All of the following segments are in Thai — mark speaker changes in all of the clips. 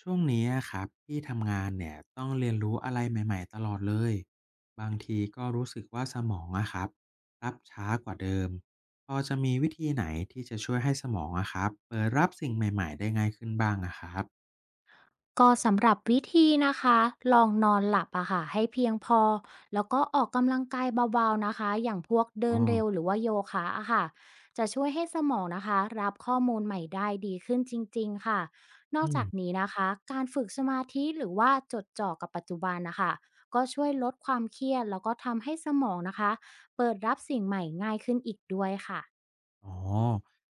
Speaker 1: ช่วงนี้อะครับที่ทำงานเนี่ยต้องเรียนรู้อะไรใหม่ๆตลอดเลยบางทีก็รู้สึกว่าสมองอะครับรับช้ากว่าเดิมพอจะมีวิธีไหนที่จะช่วยให้สมองอะครับเปิดรับสิ่งใหม่ๆได้ง่ายขึ้นบ้างอะครับ
Speaker 2: ก็สำหรับวิธีนะคะลองนอนหลับอะค่ะให้เพียงพอแล้วก็ออกกำลังกายเบาๆนะคะอย่างพวกเดิ
Speaker 1: อ๋อ
Speaker 2: นเร็วหรือว่าโยคะอะค่ะจะช่วยให้สมองนะคะรับข้อมูลใหม่ได้ดีขึ้นจริงๆค่ะนอก
Speaker 1: อืม
Speaker 2: จากนี้นะคะการฝึกสมาธิหรือว่าจดจ่อกับปัจจุบันนะคะก็ช่วยลดความเครียดแล้วก็ทำให้สมองนะคะเปิดรับสิ่งใหม่ง่ายขึ้นอีกด้วยค่ะ
Speaker 1: อ๋อ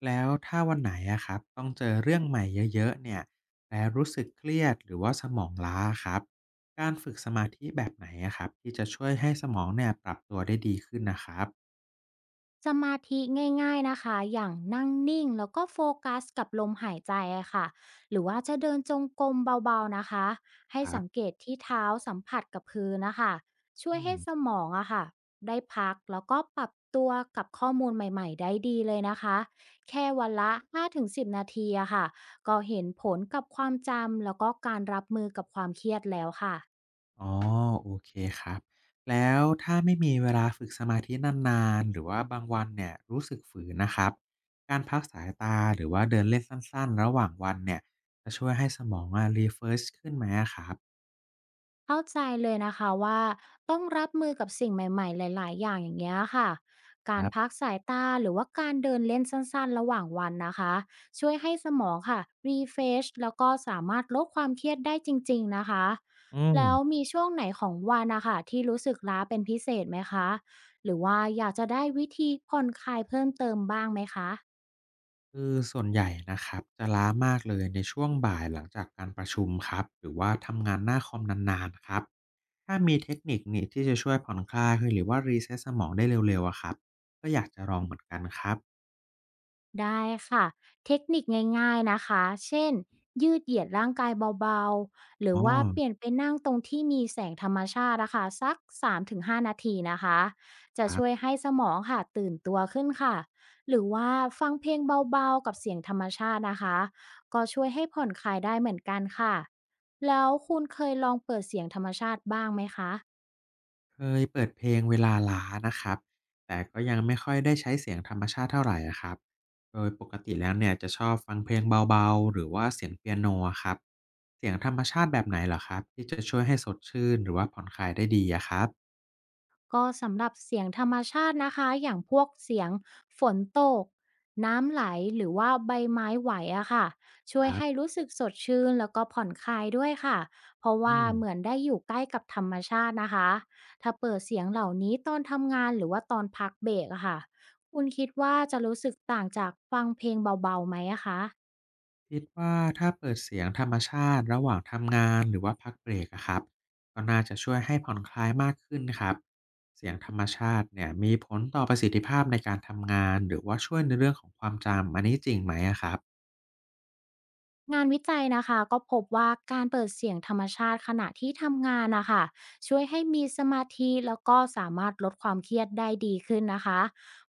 Speaker 1: แล้วถ้าวันไหนอะครับต้องเจอเรื่องใหม่เยอะๆเนี่ยแล้วรู้สึกเครียดหรือว่าสมองล้าครับการฝึกสมาธิแบบไหนอะครับที่จะช่วยให้สมองเนี่ยปรับตัวได้ดีขึ้นนะครับ
Speaker 2: สมาธิง่ายๆนะคะอย่างนั่งนิ่งแล้วก็โฟกัสกับลมหายใจอะค่ะหรือว่าจะเดินจงกรมเบาๆนะคะให้
Speaker 1: ครับ
Speaker 2: สังเกตที่เท้าสัมผัสกับพื้นนะคะช่วย
Speaker 1: อื
Speaker 2: ให้
Speaker 1: ม
Speaker 2: สมองอะค่ะได้พักแล้วก็ปรับตัวกับข้อมูลใหม่ๆได้ดีเลยนะคะแค่วันละ5-10นาทีอะค่ะก็เห็นผลกับความจำแล้วก็การรับมือกับความเครียดแล้วค่ะ
Speaker 1: อ๋อโอเคครับแล้วถ้าไม่มีเวลาฝึกสมาธินานๆหรือว่าบางวันเนี่ยรู้สึกฝืนนะครับการพักสายตาหรือว่าเดินเล่นสั้นๆระหว่างวันเนี่ยจะช่วยให้สมองอะ r e f r ร s h ขึ้นไหมอะครับ
Speaker 2: เข้าใจเลยนะคะว่าต้องรับมือกับสิ่งใหม่ๆหลายๆอย่างอย่างเงี้ยค่ะ
Speaker 1: ค
Speaker 2: การ
Speaker 1: รั
Speaker 2: พัก
Speaker 1: บ
Speaker 2: สายตาหรือว่าการเดินเล่นสั้นๆระหว่างวันนะคะช่วยให้สมองค่ะรีเฟชแล้วก็สามารถลดความเครียดได้จริงๆนะคะ
Speaker 1: อืม
Speaker 2: แล้วมีช่วงไหนของวันนะคะที่รู้สึกล้าเป็นพิเศษไหมคะหรือว่าอยากจะได้วิธีผ่อนคลายเพิ่มเติมบ้างไหมคะ
Speaker 1: คือส่วนใหญ่นะครับจะล้ามากเลยในช่วงบ่ายหลังจากการประชุมครับหรือว่าทำงานหน้าคอมนานๆครับถ้ามีเทคนิคนี่ที่จะช่วยผ่อนคลายหรือว่า reset สมองได้เร็วๆอะครับก็อยากจะลองเหมือนกันครับ
Speaker 2: ได้ค่ะเทคนิคง่ายๆนะคะเช่นยืดเหยียดร่างกายเบาๆหรือ
Speaker 1: อ๋อ
Speaker 2: ว่าเปลี่ยนไปนั่งตรงที่มีแสงธรรมชาตินะคะสักสามถึงห้านาทีนะคะจะ
Speaker 1: ครั
Speaker 2: ช่วย
Speaker 1: บ
Speaker 2: ให้สมองค่ะตื่นตัวขึ้นค่ะหรือว่าฟังเพลงเบาๆกับเสียงธรรมชาตินะคะก็ช่วยให้ผ่อนคลายได้เหมือนกันค่ะแล้วคุณเคยลองเปิดเสียงธรรมชาติบ้างไหมคะ
Speaker 1: เคยเปิดเพลงเวลาล้านะครับแต่ก็ยังไม่ค่อยได้ใช้เสียงธรรมชาติเท่าไหร่อะครับโดยปกติแล้วเนี่ยจะชอบฟังเพลงเบาๆหรือว่าเสียงเปียโนอะครับเสียงธรรมชาติแบบไหนเหรอครับที่จะช่วยให้สดชื่นหรือว่าผ่อนคลายได้ดีอะครับ
Speaker 2: ก็สำหรับเสียงธรรมชาตินะคะอย่างพวกเสียงฝนตกน้ำไหลหรือว่าใบไม้ไหวอะค่ะช่ว
Speaker 1: ค
Speaker 2: ย
Speaker 1: รั
Speaker 2: ให้
Speaker 1: บ
Speaker 2: รู้สึกสดชื่นแล้วก็ผ่อนคลายด้วยค่ะเพราะ
Speaker 1: อื
Speaker 2: ว่า
Speaker 1: ม
Speaker 2: เหมือนได้อยู่ใกล้กับธรรมชาตินะคะถ้าเปิดเสียงเหล่านี้ตอนทำงานหรือว่าตอนพักเบรกอะค่ะคุณคิดว่าจะรู้สึกต่างจากฟังเพลงเบาๆไหมอะคะ
Speaker 1: คิดว่าถ้าเปิดเสียงธรรมชาติระหว่างทำงานหรือว่าพักเบรกอะครับก็น่าจะช่วยให้ผ่อนคลายมากขึ้นครับเสียงธรรมชาติเนี่ยมีผลต่อประสิทธิภาพในการทำงานหรือว่าช่วยในเรื่องของความจำอันนี้จริงไหมอะครับ
Speaker 2: งานวิจัยนะคะก็พบว่าการเปิดเสียงธรรมชาติขณะที่ทำงานนะคะช่วยให้มีสมาธิแล้วก็สามารถลดความเครียดได้ดีขึ้นนะคะ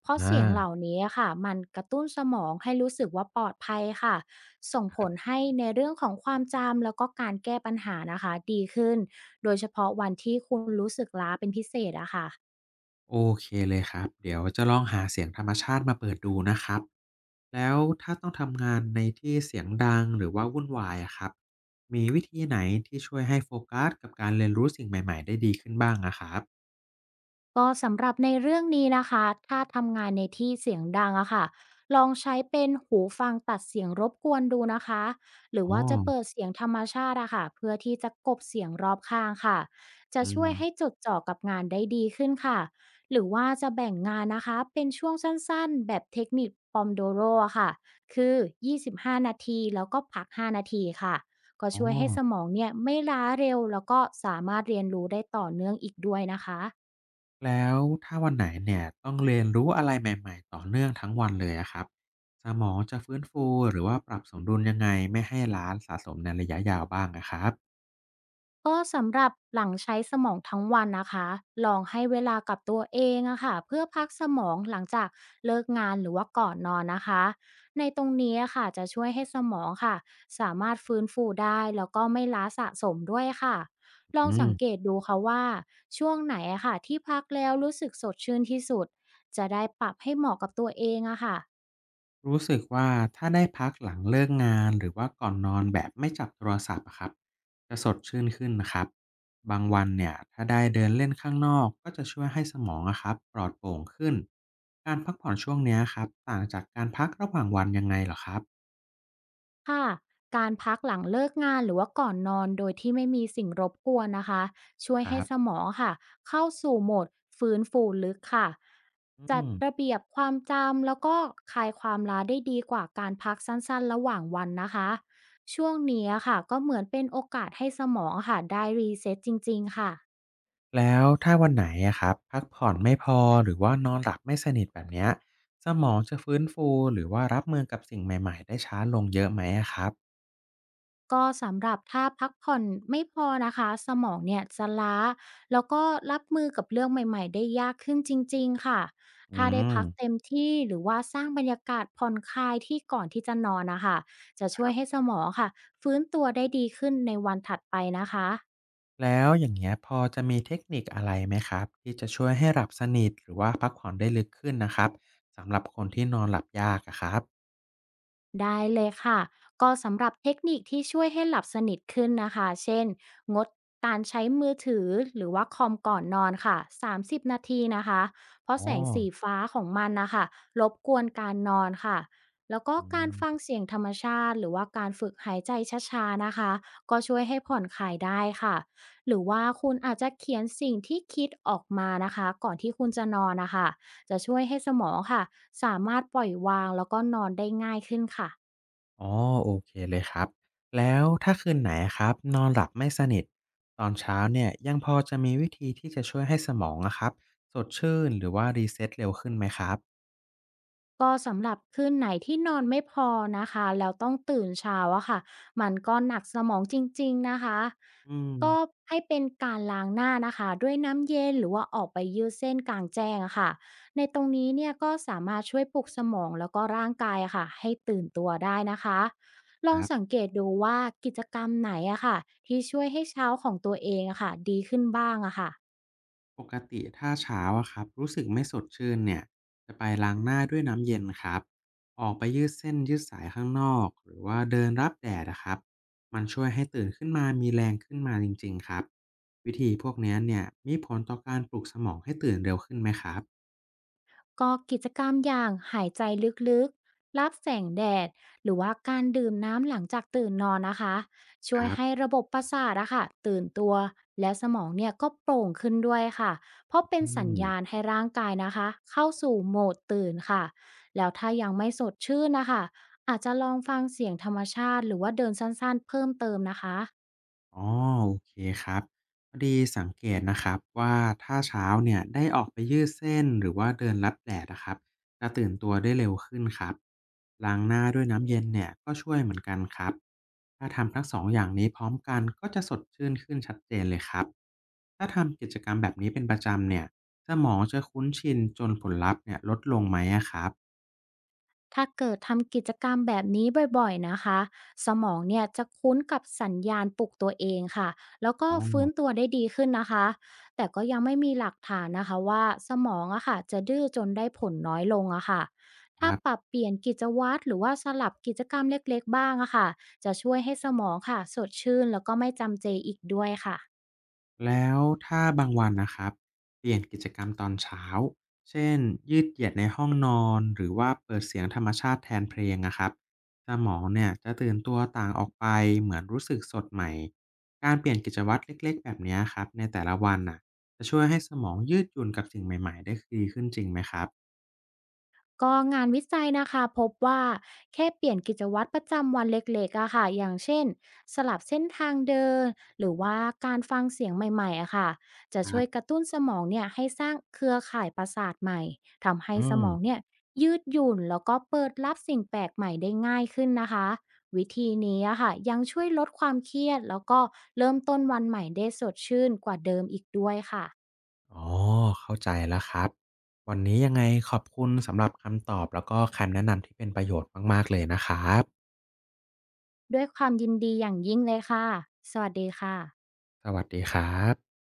Speaker 2: เพราะ
Speaker 1: อ่า
Speaker 2: เสียงเหล่านี้ค่ะมันกระตุ้นสมองให้รู้สึกว่าปลอดภัยค่ะส่งผลให้ในเรื่องของความจำแล้วก็การแก้ปัญหานะคะดีขึ้นโดยเฉพาะวันที่คุณรู้สึกล้าเป็นพิเศษอะค่ะ
Speaker 1: โอเคเลยครับเดี๋ยวจะลองหาเสียงธรรมชาติมาเปิดดูนะครับแล้วถ้าต้องทำงานในที่เสียงดังหรือว่าวุ่นวายอะครับมีวิธีไหนที่ช่วยให้โฟกัสกับการเรียนรู้สิ่งใหม่ๆได้ดีขึ้นบ้างอะครับ
Speaker 2: ก็สำหรับในเรื่องนี้นะคะถ้าทำงานในที่เสียงดังอะค่ะลองใช้เป็นหูฟังตัดเสียงรบกวนดูนะคะ หรือ
Speaker 1: อ๋อ
Speaker 2: ว่าจะเปิดเสียงธรรมชาติอะค่ะเพื่อที่จะกลบเสียงรอบข้างค่ะจะ
Speaker 1: อื
Speaker 2: ช่ว
Speaker 1: ม
Speaker 2: ยให้จดจ่อกับงานได้ดีขึ้นค่ะ หรือว่าจะแบ่งงานนะคะเป็นช่วงสั้นๆแบบเทคนิคปอมโดโรค่ะ คือ25นาทีแล้วก็พัก5นาทีค่ะ ก็
Speaker 1: อ๋อ
Speaker 2: ช่วยให้สมองเนี่ยไม่ล้าเร็วแล้วก็สามารถเรียนรู้ได้ต่อเนื่องอีกด้วยนะคะ
Speaker 1: แล้วถ้าวันไหนเนี่ยต้องเรียนรู้อะไรใหม่ๆต่อเนื่องทั้งวันเลยอะครับสมองจะฟื้นฟูหรือว่าปรับสมดุลยังไงไม่ให้ล้าสะสมในระยะยาวบ้างอะครับ
Speaker 2: ก็สำหรับหลังใช้สมองทั้งวันนะคะลองให้เวลากับตัวเองอะค่ะเพื่อพักสมองหลังจากเลิกงานหรือว่าก่อนนอนนะคะในตรงนี้อะค่ะจะช่วยให้สมองค่ะสามารถฟื้นฟูได้แล้วก็ไม่ล้าสะสมด้วยค่ะลอ
Speaker 1: อื
Speaker 2: งสั
Speaker 1: ม
Speaker 2: งเกตดูค่ะว่าช่วงไหนอะค่ะที่พักแล้วรู้สึกสดชื่นที่สุดจะได้ปรับให้เหมาะกับตัวเองอะค่ะ
Speaker 1: รู้สึกว่าถ้าได้พักหลังเลิกงานหรือว่าก่อนนอนแบบไม่จับโทรศัพท์อะครับจะสดชื่นขึ้นนะครับบางวันเนี่ยถ้าได้เดินเล่นข้างนอกก็จะช่วยให้สมองอะครับปลอดโปร่งขึ้นการพักผ่อนช่วงเนี้ยครับต่างจากการพักระหว่างวันยังไงเหรอครับ
Speaker 2: ค่ะการพักหลังเลิกงานหรือว่าก่อนนอนโดยที่ไม่มีสิ่งรบกวนนะคะช่วย
Speaker 1: ค
Speaker 2: ให้
Speaker 1: รับ
Speaker 2: สมองค่ะเข้าสู่โหมดฟื้นฟูลึกค่ะ
Speaker 1: อื
Speaker 2: จัด
Speaker 1: ม
Speaker 2: ระเบียบความจำแล้วก็คลายความล้าได้ดีกว่าการพักสั้นๆระหว่างวันนะคะช่วงนี้ค่ะก็เหมือนเป็นโอกาสให้สมองค่ะได้รีเซ็ตจริงๆค่ะ
Speaker 1: แล้วถ้าวันไหนอะครับพักผ่อนไม่พอหรือว่านอนหลับไม่สนิทแบบเนี้ยสมองจะฟื้นฟูหรือว่ารับมือกับสิ่งใหม่ๆได้ช้าลงเยอะไหมอะครับ
Speaker 2: ก็สำหรับถ้าพักผ่อนไม่พอนะคะสมองเนี่ยจะล้าแล้วก็รับมือกับเรื่องใหม่ๆได้ยากขึ้นจริงๆค่ะ
Speaker 1: อื
Speaker 2: ถ้าได้
Speaker 1: ม
Speaker 2: พักเต็มที่หรือว่าสร้างบรรยากาศผ่อนคลายที่ก่อนที่จะนอนนะคะจะ
Speaker 1: ค
Speaker 2: ช่วย
Speaker 1: รับ
Speaker 2: ให้สมองค่ะฟื้นตัวได้ดีขึ้นในวันถัดไปนะคะ
Speaker 1: แล้วอย่างเงี้ยพอจะมีเทคนิคอะไรไหมครับที่จะช่วยให้หลับสนิทหรือว่าพักผ่อนได้ลึกขึ้นนะครับสำหรับคนที่นอนหลับยากอะครับ
Speaker 2: ได้เลยค่ะก็สำหรับเทคนิคที่ช่วยให้หลับสนิทขึ้นนะคะเช่นงดการใช้มือถือหรือว่าคอมก่อนนอนค่ะ30นาทีนะคะเพราะ
Speaker 1: อ๋อ
Speaker 2: แสงสีฟ้าของมันนะคะรบกวนการนอนค่ะแล้วก็
Speaker 1: อื
Speaker 2: การฟัง
Speaker 1: ม
Speaker 2: เสียงธรรมชาติหรือว่าการฝึกหายใจช้าๆนะคะก็ช่วยให้ผ่อนคลายได้ค่ะหรือว่าคุณอาจจะเขียนสิ่งที่คิดออกมานะคะก่อนที่คุณจะนอนนะคะจะช่วยให้สมองค่ะ สามารถปล่อยวางแล้วก็นอนได้ง่ายขึ้นค่ะ
Speaker 1: อ๋อโอเคเลยครับแล้วถ้าคืนไหนอะครับนอนหลับไม่สนิทตอนเช้าเนี่ยยังพอจะมีวิธีที่จะช่วยให้สมองอะครับสดชื่นหรือว่ารีเซ็ตเร็วขึ้นไหมครับ
Speaker 2: ก็สำหรับคืนไหนที่นอนไม่พอนะคะแล้วต้องตื่นเช้าอะค่ะมันก็หนักสมองจริงๆนะคะ
Speaker 1: อืม
Speaker 2: ก็ให้เป็นการล้างหน้านะคะด้วยน้ำเย็นหรือว่าออกไปยืดเส้นกลางแจ้งอะค่ะในตรงนี้เนี่ยก็สามารถช่วยปลุกสมองแล้วก็ร่างกายอะค่ะให้ตื่นตัวได้นะคะล
Speaker 1: ค
Speaker 2: อง
Speaker 1: รั
Speaker 2: สั
Speaker 1: บ
Speaker 2: งเกตดูว่ากิจกรรมไหนอะค่ะที่ช่วยให้เช้าของตัวเองอะค่ะดีขึ้นบ้างอะค่ะ
Speaker 1: ปกติถ้าเช้าอะครับรู้สึกไม่สดชื่นเนี่ยจะไปล้างหน้าด้วยน้ำเย็นครับออกไปยืดเส้นยืดสายข้างนอกหรือว่าเดินรับแดดนะครับมันช่วยให้ตื่นขึ้นมามีแรงขึ้นมาจริงๆครับวิธีพวกเนี้ยเนี่ยมีผลต่อการปลุกสมองให้ตื่นเร็วขึ้นไหมครับ
Speaker 2: ก็กิจกรรมอย่างหายใจลึกๆ รับแสงแดดหรือว่าการดื่มน้ำหลังจากตื่นนอนนะคะช่
Speaker 1: ค
Speaker 2: วย
Speaker 1: รั
Speaker 2: ให้
Speaker 1: บ
Speaker 2: ระบบประสาทอะค่ะตื่นตัวและสมองเนี่ยก็โปร่งขึ้นด้วยค่ะเพราะเป็น
Speaker 1: อื
Speaker 2: สัญ
Speaker 1: ม
Speaker 2: ญาณให้ร่างกายนะคะเข้าสู่โหมดตื่นค่ะแล้วถ้ายังไม่สดชื่นนะคะอาจจะลองฟังเสียงธรรมชาติหรือว่าเดินสั้นๆเพิ่มเติมนะคะ
Speaker 1: อ๋อโอเคครับพอดีสังเกตนะครับว่าถ้าเช้าเนี่ยได้ออกไปยืดเส้นหรือว่าเดินรับแดดนะครับจะตื่นตัวได้เร็วขึ้นครับล้างหน้าด้วยน้ำเย็นเนี่ยก็ช่วยเหมือนกันครับถ้าทำทั้งสองอย่างนี้พร้อมกันก็จะสดชื่นขึ้นชัดเจนเลยครับถ้าทำกิจกรรมแบบนี้เป็นประจำเนี่ยสมองจะคุ้นชินจนผลลัพธ์เนี่ยลดลงไหมอะครับ
Speaker 2: ถ้าเกิดทำกิจกรรมแบบนี้บ่อยๆนะคะ สมองเนี่ยจะคุ้นกับสัญญาณปลุกตัวเองค่ะแล้วก็
Speaker 1: อ๋
Speaker 2: ฟื้น
Speaker 1: อ
Speaker 2: ตัวได้ดีขึ้นนะคะ แต่ก็ยังไม่มีหลักฐานนะคะว่าสมองอะค่ะจะดื้อจนได้ผลน้อยลงอะค่ะ
Speaker 1: ค
Speaker 2: ถ้า
Speaker 1: รั
Speaker 2: ปรับ
Speaker 1: บ
Speaker 2: เปลี่ยนกิจวัตรหรือว่าสลับกิจกรรมเล็กๆบ้างอะค่ะจะช่วยให้สมองค่ะสดชื่นแล้วก็ไม่จำเจอีกด้วยค่ะ
Speaker 1: แล้วถ้าบางวันนะครับเปลี่ยนกิจกรรมตอนเช้าเช่นยืดเหยียดในห้องนอนหรือว่าเปิดเสียงธรรมชาติแทนเพลงนะครับสมองเนี่ยจะตื่นตัวต่างออกไปเหมือนรู้สึกสดใหม่การเปลี่ยนกิจวัตรเล็กๆแบบเนี้ยครับในแต่ละวันน่ะจะช่วยให้สมองยืดหยุ่นกับสิ่งใหม่ๆได้ดีขึ้นจริงไหมครับ
Speaker 2: ก็งานวิจัยนะคะพบว่าแค่เปลี่ยนกิจวัตรประจำวันเล็กๆอะค่ะอย่างเช่นสลับเส้นทางเดินหรือว่าการฟังเสียงใหม่ๆอะค่ะจะ
Speaker 1: ครั
Speaker 2: ช่วยก
Speaker 1: บ
Speaker 2: ระตุ้นสมองเนี่ยให้สร้างเครือข่ายประสาทใหม่ทำให้
Speaker 1: อื
Speaker 2: สมอง
Speaker 1: ม
Speaker 2: เนี่ยยืดหยุ่นแล้วก็เปิดรับสิ่งแปลกใหม่ได้ง่ายขึ้นนะคะวิธีนี้อะค่ะยังช่วยลดความเครียดแล้วก็เริ่มต้นวันใหม่ได้สดชื่นกว่าเดิมอีกด้วยค่ะ
Speaker 1: อ๋อเข้าใจแล้วครับวันนี้ยังไงขอบคุณสำหรับคำตอบแล้วก็คำแนะนำที่เป็นประโยชน์มากๆเลยนะครับ
Speaker 2: ด้วยความยินดีอย่างยิ่งเลยค่ะสวัสดีค่ะ
Speaker 1: สวัสดีครับ